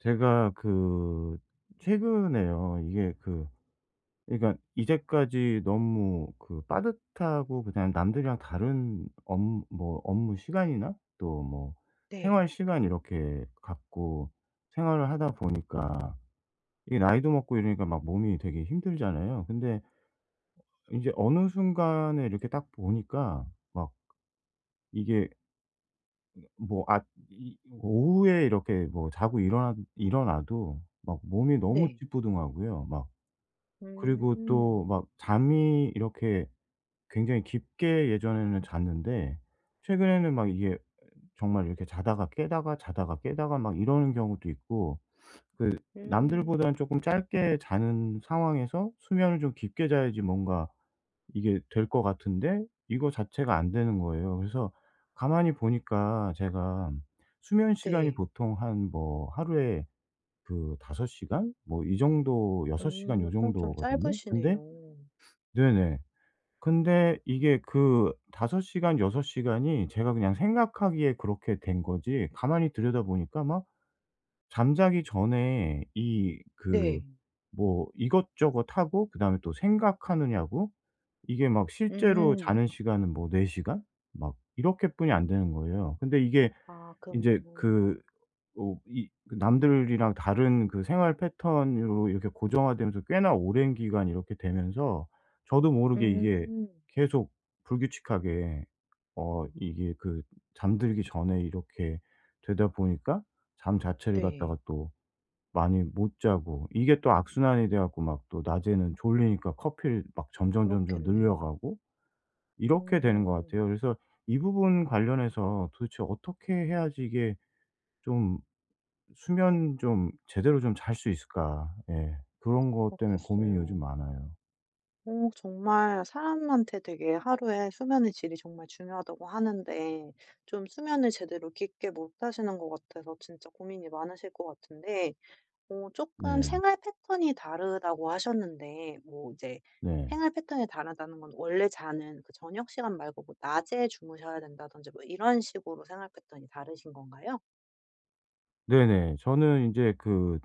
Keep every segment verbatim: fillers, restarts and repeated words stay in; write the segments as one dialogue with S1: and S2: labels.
S1: 제가 그 최근에요. 이게 그 그러니까 이제까지 너무 그 빠듯하고 그다음에 남들이랑 다른 업 뭐 업무 시간이나 또 뭐
S2: 네.
S1: 생활 시간 이렇게 갖고 생활을 하다 보니까 이게 나이도 먹고 이러니까 막 몸이 되게 힘들잖아요. 근데 인제 어느 순간에 이렇게 딱 보니까 막 이게 뭐 아 이 오후에 이렇게 뭐 자고 일어나 일어나도 막 몸이 너무
S2: 네.
S1: 찌뿌둥하고요. 막 그리고 또
S2: 음.
S1: 막 잠이 이렇게 굉장히 깊게 예전에는 잤는데 최근에는 막 이게 정말 이렇게 자다가 깨다가 자다가 깨다가 막 이러는 경우도 있고 그
S2: 음.
S1: 남들보다는 쪼끔 짧게 자는 상황에서 수면을 좀 깊게 자야지 뭔가 이게 될 것 같은데 이거 자체가 안 되는 거예요. 그래서 가만히 보니까 제가 수면 시간이
S2: 네.
S1: 보통 한 뭐 하루에 그 5 시간 뭐 이 정도 6 시간
S2: 음.
S1: 요
S2: 어 좀
S1: 정도거든요. 근데
S2: 짧으시네요.
S1: 네네. 근데 이게 그 5 시간, 여섯 시간 시간이 제가 그냥 생각하기에 그렇게 된 거지 가만히 들여다보니까 막 잠자기 전에 이 그
S2: 네.
S1: 뭐 이것저것 하고 그다음에 또 생각하느냐고 이게 막 실제로
S2: 음.
S1: 자는 시간은 뭐 4 시간? 막 이렇게 뿐이 안 되는 거예요. 근데 이게
S2: 아,
S1: 인제
S2: 그럼.
S1: 그 어 이 그 남들이랑 다른 그 생활 패턴으로 이렇게 고정화되면서 꽤나 오랜 기간 이렇게 되면서 저도 모르게 이게
S2: 음.
S1: 계속 불규칙하게 어 이게 그 잠들기 전에 이렇게 되다 보니까 잠 자체를 갖다가
S2: 네.
S1: 또 많이 못 자고 이게 또 악순환이 돼 갖고 막 또 낮에는 졸리니까 커피를 막 점점점점 늘려
S2: 그렇겠네요.
S1: 가고 이렇게 되는 것
S2: 음.
S1: 같아요. 그래서 이 부분 관련해서 도대체 어떻게 해야지 이게 좀 '수면 좀 제대로 좀 잘 수 있을까?' 예. 그런 것 때문에 고민이
S2: 그렇겠어요.
S1: 요즘 많아요.
S2: 어 정말 사람한테 되게 하루에 수면의 질이 정말 중요하다고 하는데, 좀 수면을 제대로 깊게 못 하시는 것 같아서 진짜 고민이 많으실 것 같은데, 어 조금
S1: 네.
S2: 생활 패턴이 다르다고 하셨는데 뭐 이제
S1: 네.
S2: 생활 패턴이 다르다는 건 원래 자는 그 저녁 시간 말고 뭐 낮에 주무셔야 된다든지 뭐 이런 식으로 생활 패턴이 다르신 건가요?
S1: 네네. 저는 인제 그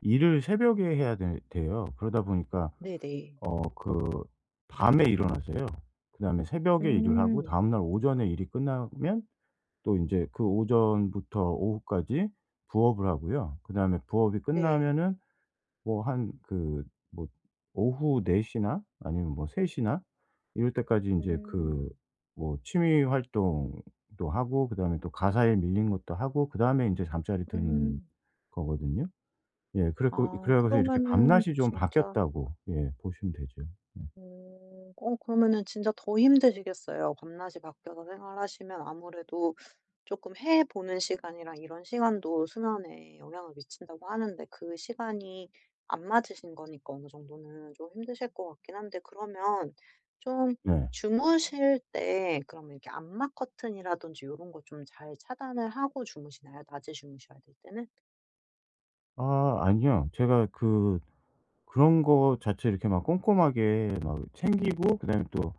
S1: 일을 새벽에 해야 되 돼요. 그러다 보니까
S2: 네네.
S1: 어 그 밤에 일어나서요. 그다음에 새벽에 일을 하고
S2: 음.
S1: 다음날 오전에 일이 끝나면 또 인제 그 오전부터 오후까지 부업을 하고요. 그다음에 부업이
S2: 네.
S1: 끝나면은 뭐 한 그 뭐 오후 네 시 시나 아니면 뭐 세 시 시나 이럴 때까지 인제 그
S2: 음.
S1: 뭐 취미 활동도 하고 그다음에 또 가사에 밀린 것도 하고 그다음에 인제 잠자리 드는
S2: 음.
S1: 거거든요. 예. 그래 갖고
S2: 아
S1: 그래 가지고서 이렇게
S2: 그러면은
S1: 밤낮이 좀
S2: 진짜.
S1: 바뀌었다고 예 보시면 되죠. 네.
S2: 음. 어 그러면은 진짜 더 힘드시겠어요. 밤낮이 바뀌어서 생활하시면 아무래도 조금 해 보는 시간이랑 이런 시간도 수면에 영향을 미친다고 하는데 그 시간이 안 맞으신 거니까 어느 정도는 좀 힘드실 것 같긴 한데, 그러면 좀
S1: 네.
S2: 주무실 때 그러면 이렇게 암막 커튼이라든지 이런 거 좀 잘 차단을 하고 주무시나요? 낮에 주무셔야 될 때는?
S1: 아 아니요. 제가 그 그런 거 자체를 이렇게 막 꼼꼼하게 막 챙기고 그다음에 또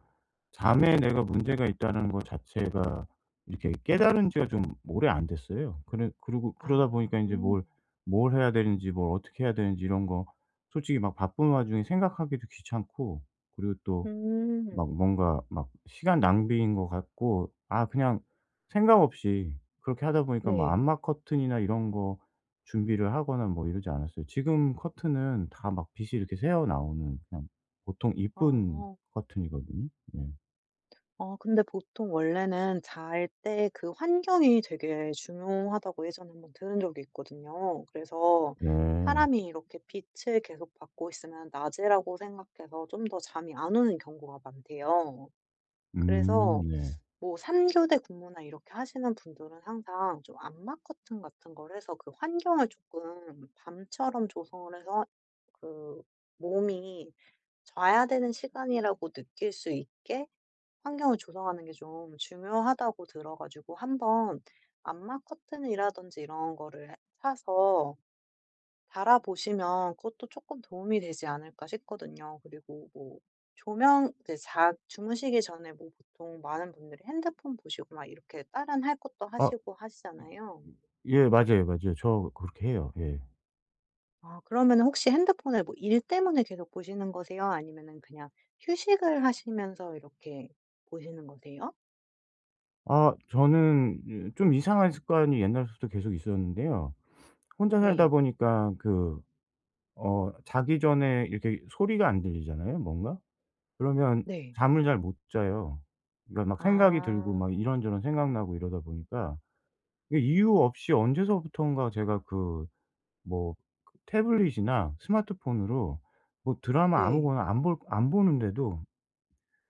S1: 잠에 내가 문제가 있다는 거 자체가 이렇게 깨달은 지가 좀 오래 안 됐어요. 그래 그러고
S2: 아.
S1: 그러다 보니까 이제
S2: 음.
S1: 뭘, 뭘 해야 되는지 뭘 어떻게 해야 되는지 이런 거 솔직히 막 바쁜 와중에 생각하기도 귀찮고 그리고 또
S2: 음.
S1: 막 뭔가 막 시간 낭비인 것 같고 아 그냥 생각 없이 그렇게 하다 보니까 뭐
S2: 네.
S1: 암막 커튼이나 이런 거 준비를 하거나 뭐 이러지 않았어요. 지금 커튼은 다 막 빛이 이렇게 새어 나오는 그냥 보통 이쁜
S2: 아.
S1: 커튼이거든요. 네.
S2: 어 근데 보통 원래는 잘 때 그 환경이 되게 중요하다고 예전에 한번 들은 적이 있거든요. 그래서
S1: 네.
S2: 사람이 이렇게 빛을 계속 받고 있으면 낮이라고 생각해서 좀 더 잠이 안 오는 경우가 많대요. 그래서
S1: 음 네.
S2: 뭐 삼 교대 근무나 이렇게 하시는 분들은 항상 좀 암막 커튼 같은 걸 해서 그 환경을 조금 밤처럼 조성을 해서 그 몸이 자야 되는 시간이라고 느낄 수 있게 환경을 조성하는 게 좀 중요하다고 들어 가지고, 한번 암막 커튼이라든지 이런 거를 사서 달아 보시면 그것도 조금 도움이 되지 않을까 싶거든요. 그리고 뭐 조명 이제 자 주무시기 전에 뭐 보통 많은 분들이 핸드폰 보시고 막 이렇게 다른 할 것도
S1: 아
S2: 하시고 하시잖아요.
S1: 예 맞아요, 맞아요. 저 그렇게 해요. 예.
S2: 아 그러면 혹시 핸드폰을 뭐 일 때문에 계속 보시는 거세요? 아니면은 그냥 휴식을 하시면서 이렇게 보시는 거세요?
S1: 아 저는 좀 이상한 습관이 옛날부터 계속 있었는데요. 혼자 살다
S2: 네.
S1: 보니까 그 어 자기 전에 이렇게 소리가 안 들리잖아요 뭔가? 그러면
S2: 네.
S1: 잠을 잘 못 자요. 그러니까 막 생각이 들고
S2: 아.
S1: 막 이런저런 생각나고 이러다 보니까 이게 이유 없이 언제서부턴가 제가 그 뭐 그 태블릿이나 스마트폰으로 뭐 드라마
S2: 네.
S1: 아무거나 안 볼 안 보는데도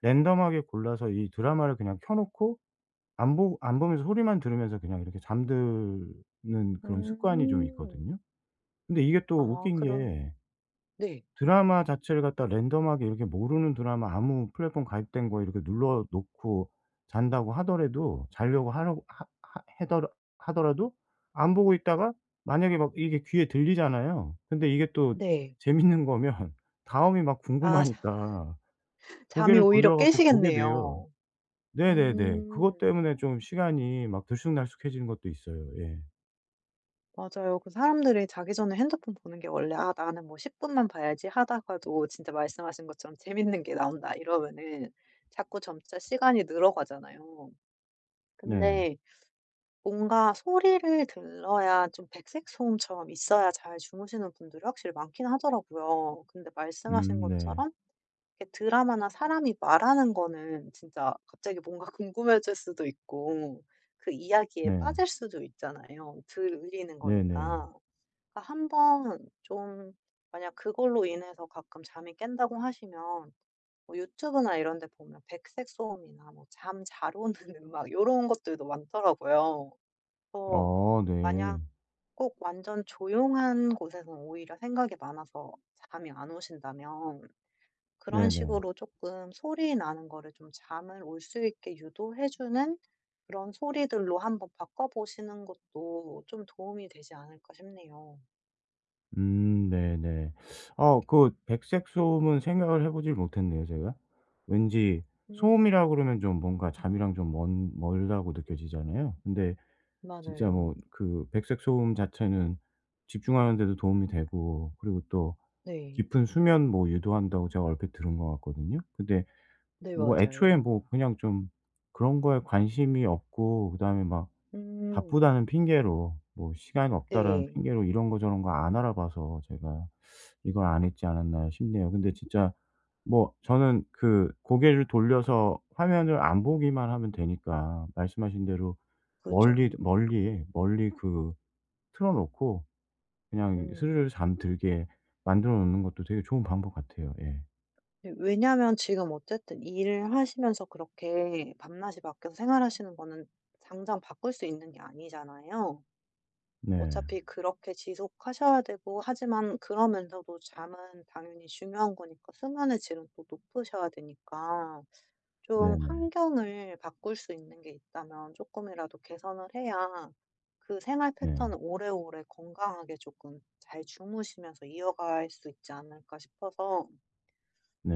S1: 랜덤하게 골라서 이 드라마를 그냥 켜 놓고 안 보 안 보면서 소리만 들으면서 그냥 이렇게 잠드는 그런 습관이 좀
S2: 음.
S1: 있거든요. 근데 이게 또
S2: 아
S1: 웃긴
S2: 그럼.
S1: 게
S2: 네.
S1: 드라마 자체를 갖다 랜덤하게 이렇게 모르는 드라마 아무 플랫폼 가입된 거 이렇게 눌러 놓고 잔다고 하더라도 자려고 하려고 하 하 해더라 하더라도 안 보고 있다가 만약에 막 이게 귀에 들리잖아요. 근데 이게 또
S2: 네.
S1: 재밌는 거면 다음이 막
S2: 아 자
S1: 궁금하니까
S2: 잠이
S1: 고개를
S2: 오히려
S1: 돌려 갖고 보게 돼요.
S2: 깨시겠네요.
S1: 네네네.
S2: 음.
S1: 그것 때문에 좀 시간이 막 들쑥날쑥해지는 것도 있어요. 예.
S2: 맞아요. 그 사람들이 자기 전에 핸드폰 보는 게 원래 '아 나는 뭐 십 분만 봐야지.' 하다가도 진짜 말씀하신 것처럼 '재밌는 게 나온다.' 이러면은 자꾸 점차 시간이 늘어가잖아요.
S1: 네.
S2: 근데 뭔가 소리를 들러야 좀 백색 소음처럼 있어야 잘 주무시는 분들이 확실히 많긴 하더라고요. 근데 말씀하신
S1: 음 네.
S2: 것처럼 이렇게 드라마나 사람이 말하는 거는 진짜 갑자기 뭔가 궁금해질 수도 있고 그 이야기에
S1: 네.
S2: 빠질 수도 있잖아요, 들리는
S1: 네네.
S2: 거니까. 그러니까 한번 좀 만약 그걸로 인해서 가끔 잠이 깬다고 하시면 뭐 유튜브나 이런 데 보면 백색 소음이나 뭐 잠 잘 오는 음악 이런 것들도 많더라고요. 그래서
S1: 어 네.
S2: 만약 꼭 완전 조용한 곳에서 오히려 생각이 많아서 잠이 안 오신다면 그런
S1: 네네.
S2: 식으로 조금 소리 나는 거를 좀 잠을 올 수 있게 유도해 주는 그런 소리들로 한번 바꿔 보시는 것도 좀 도움이 되지 않을까 싶네요.
S1: 음 네네. 어, 그 백색 소음은 생각을 해 보질 못했네요 제가. 왠지
S2: 음,
S1: 소음이라 그러면 좀 뭔가 잠이랑 좀 먼 멀다고 느껴지잖아요. 근데 진짜 뭐
S2: 맞아요.
S1: 그 백색 소음 자체는 집중하는 데도 도움이 되고 그리고 또
S2: 네.
S1: 깊은 수면 뭐 유도한다고 제가 얼핏 들은 것 같거든요. 근데
S2: 네
S1: 뭐 애초에
S2: 맞아요.
S1: 뭐 그냥 좀 그런 거에 관심이 없고 그다음에 막
S2: 음
S1: 바쁘다는 핑계로 뭐 '시간 없다.'라는 음.
S2: 네.
S1: 핑계로 이런 거 저런 거 안 알아봐서 제가 이걸 안 했지 않았나 싶네요. 근데 진짜 뭐 저는 그 고개를 돌려서 화면을 안 보기만 하면 되니까 말씀하신 대로
S2: 그죠.
S1: 멀리 멀리 멀리 그 틀어 놓고 그냥
S2: 음.
S1: 스르르 잠들게 만들어 놓는 것도 되게 좋은 방법 같아요. 예.
S2: 네, 왜냐면 지금 어쨌든 일을 하시면서 그렇게 밤낮이 바뀌어서 생활하시는 거는 당장 바꿀 수 있는 게 아니잖아요.
S1: 네.
S2: 어차피 그렇게 지속하셔야 되고 하지만 그러면서도 잠은 당연히 중요한 거니까 수면의 질은 또 높으셔야 되니까
S1: 네
S2: 좀
S1: 네.
S2: 환경을 바꿀 수 있는 게 있다면 조금이라도 개선을 해야 그 생활 패턴을
S1: 네.
S2: 오래오래 건강하게 조금 잘 주무시면서 이어갈 수 있지 않을까 싶어서.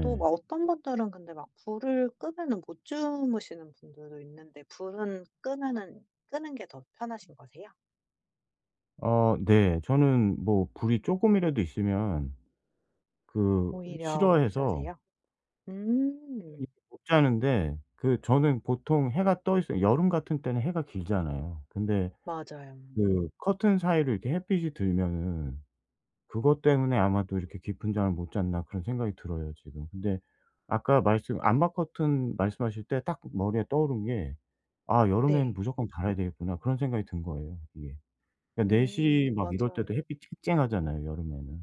S2: 또 막 어떤 분들은 근데 막 불을 끄면은 못 주무시는 분들도 있는데 불은 끄면은 끄는 게 더 편하신 거세요?
S1: 어 네. 저는 뭐 불이 쪼금이라도 있으면 그
S2: 오히려 못
S1: 싫어해서
S2: 자세요? 음.
S1: 이게 못 자는데 그 저는 보통 해가 떠 있어요. 여름 같은 때는 해가 길잖아요. 근데
S2: 맞아요.
S1: 그 커튼 사이로 이렇게 햇빛이 들면은 그것 때문에 아마도 이렇게 깊은 잠을 못 잤나 그런 생각이 들어요 지금. 근데 아까 말씀 암막 커튼 말씀하실 때 딱 머리에 떠오른 게 '아 여름에는
S2: 네.
S1: 무조건 달아야 되겠구나.' 그런 생각이 든 거예요 이게. 그러니까 네 시
S2: 음
S1: 막 이럴
S2: 맞아요.
S1: 때도 햇빛 쨍쨍하잖아요 여름에는.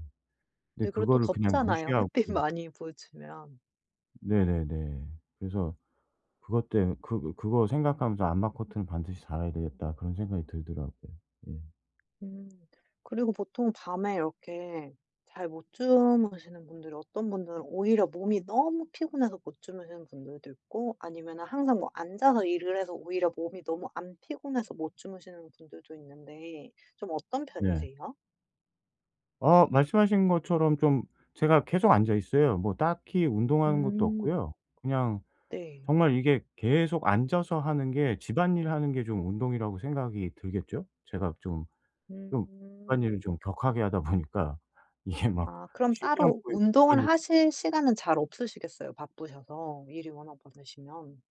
S1: 근데
S2: 네 그리고 또
S1: 그거를 그냥
S2: 덥잖아요,
S1: 무시하고
S2: 햇빛 많이 보여주면.
S1: 네네네. 그래서 그것 때 그 그거 생각하면서 '안마 커튼을 반드시 달아야 되겠다.' 그런 생각이 들더라고요. 예.
S2: 음. 그리고 보통 밤에 이렇게 잘 못 주무시는 분들이 어떤 분들은 오히려 몸이 너무 피곤해서 못 주무시는 분들도 있고 아니면은 항상 뭐 앉아서 일을 해서 오히려 몸이 너무 안 피곤해서 못 주무시는 분들도 있는데 좀 어떤
S1: 네.
S2: 편이세요?
S1: 어 말씀하신 것처럼 좀 제가 계속 앉아 있어요. 뭐 딱히 운동하는 것도
S2: 음.
S1: 없고요. 그냥
S2: 네.
S1: 정말 이게 계속 앉아서 하는 게 집안일 하는 게 좀 운동이라고 생각이 들겠죠? 제가 좀 좀
S2: 음.
S1: 집안일을 좀 격하게 하다 보니까 이게 막
S2: 아 그럼
S1: 쉬지
S2: 따로
S1: 않고
S2: 운동을
S1: 집안일
S2: 하실 시간은 잘 없으시겠어요, 바쁘셔서 일이 워낙 많으시면.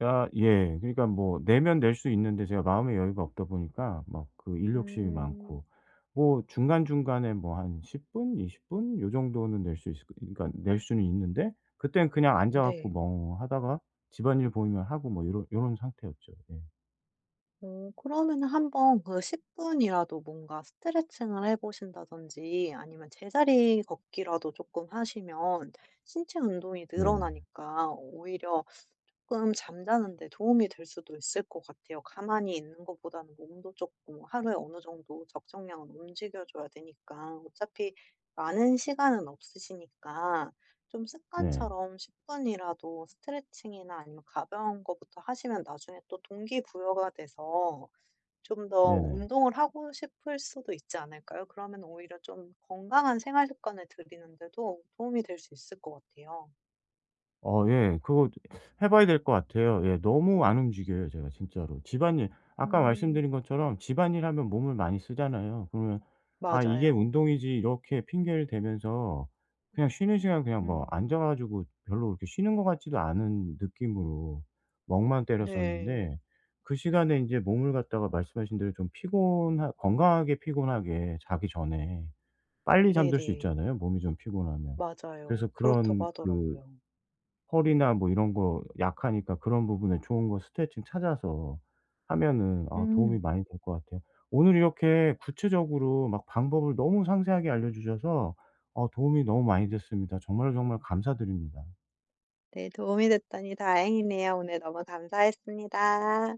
S1: 아 예. 그러니까 뭐 내면 낼 수 있는데 제가 마음의 여유가 없다 보니까 막 그 일 욕심이
S2: 음.
S1: 많고 뭐 중간중간에 뭐 한 10 분, 이십 분 요 정도는 낼 수 있을 거 그러니까 낼 수는 있는데 그땐 그냥 앉아 갖고
S2: 네.
S1: 멍하다가 집안일 보이면 하고 뭐 요런 요런 상태였죠. 예.
S2: 어 그러면은 한번 그 십 분이라도 뭔가 스트레칭을 해 보신다든지 아니면 제자리 걷기라도 조금 하시면 신체 운동이
S1: 네.
S2: 늘어나니까 오히려 조금 잠자는 데 도움이 될 수도 있을 것 같아요. 가만히 있는 것보다는 몸도 조금 하루에 어느 정도 적정량은 움직여 줘야 되니까. 어차피 많은 시간은 없으시니까 좀
S1: 네.
S2: 습관처럼 십 분이라도 스트레칭이나 아니면 가벼운 거부터 하시면 나중에 또 동기부여가 돼서 좀 더
S1: 네네.
S2: 운동을 하고 싶을 수도 있지 않을까요? 그러면 오히려 좀 건강한 생활 습관을 들이는 데도 도움이 될 수 있을 것 같아요.
S1: 어 예. 그거 해 봐야 될 것 같아요. 예. 너무 안 움직여요 제가 진짜로. 집안일 아까 말씀드린
S2: 음.
S1: 것처럼 집안일 하면 몸을 많이 쓰잖아요. 그러면 '아 이게
S2: 맞아요.
S1: 운동이지.' 이렇게 핑계를 대면서 그냥 쉬는 시간 그냥 뭐
S2: 음.
S1: 앉아 가지고 별로 그렇게 쉬는 것 같지도 않은 느낌으로 멍만
S2: 네.
S1: 때렸었는데 그 시간에 이제 몸을 갖다가 말씀하신 대로 좀 피곤하 건강하게 피곤하게 자기 전에 빨리 잠들 수
S2: 네네.
S1: 있잖아요 몸이 좀 피곤하면. 그래서
S2: 맞아요. 그렇다고
S1: 그런 그
S2: 하더라고요.
S1: 허리나 뭐 이런 거 약하니까 그런 부분에 좋은 거 스트레칭 찾아서 하면은 아 도움이
S2: 음.
S1: 많이 될 것 같아요. 오늘 이렇게 구체적으로 막 방법을 너무 상세하게 알려 주셔서 어 도움이 너무 많이 됐습니다. 정말 정말 감사드립니다.
S2: 네. 도움이 됐다니 다행이네요. 오늘 너무 감사했습니다.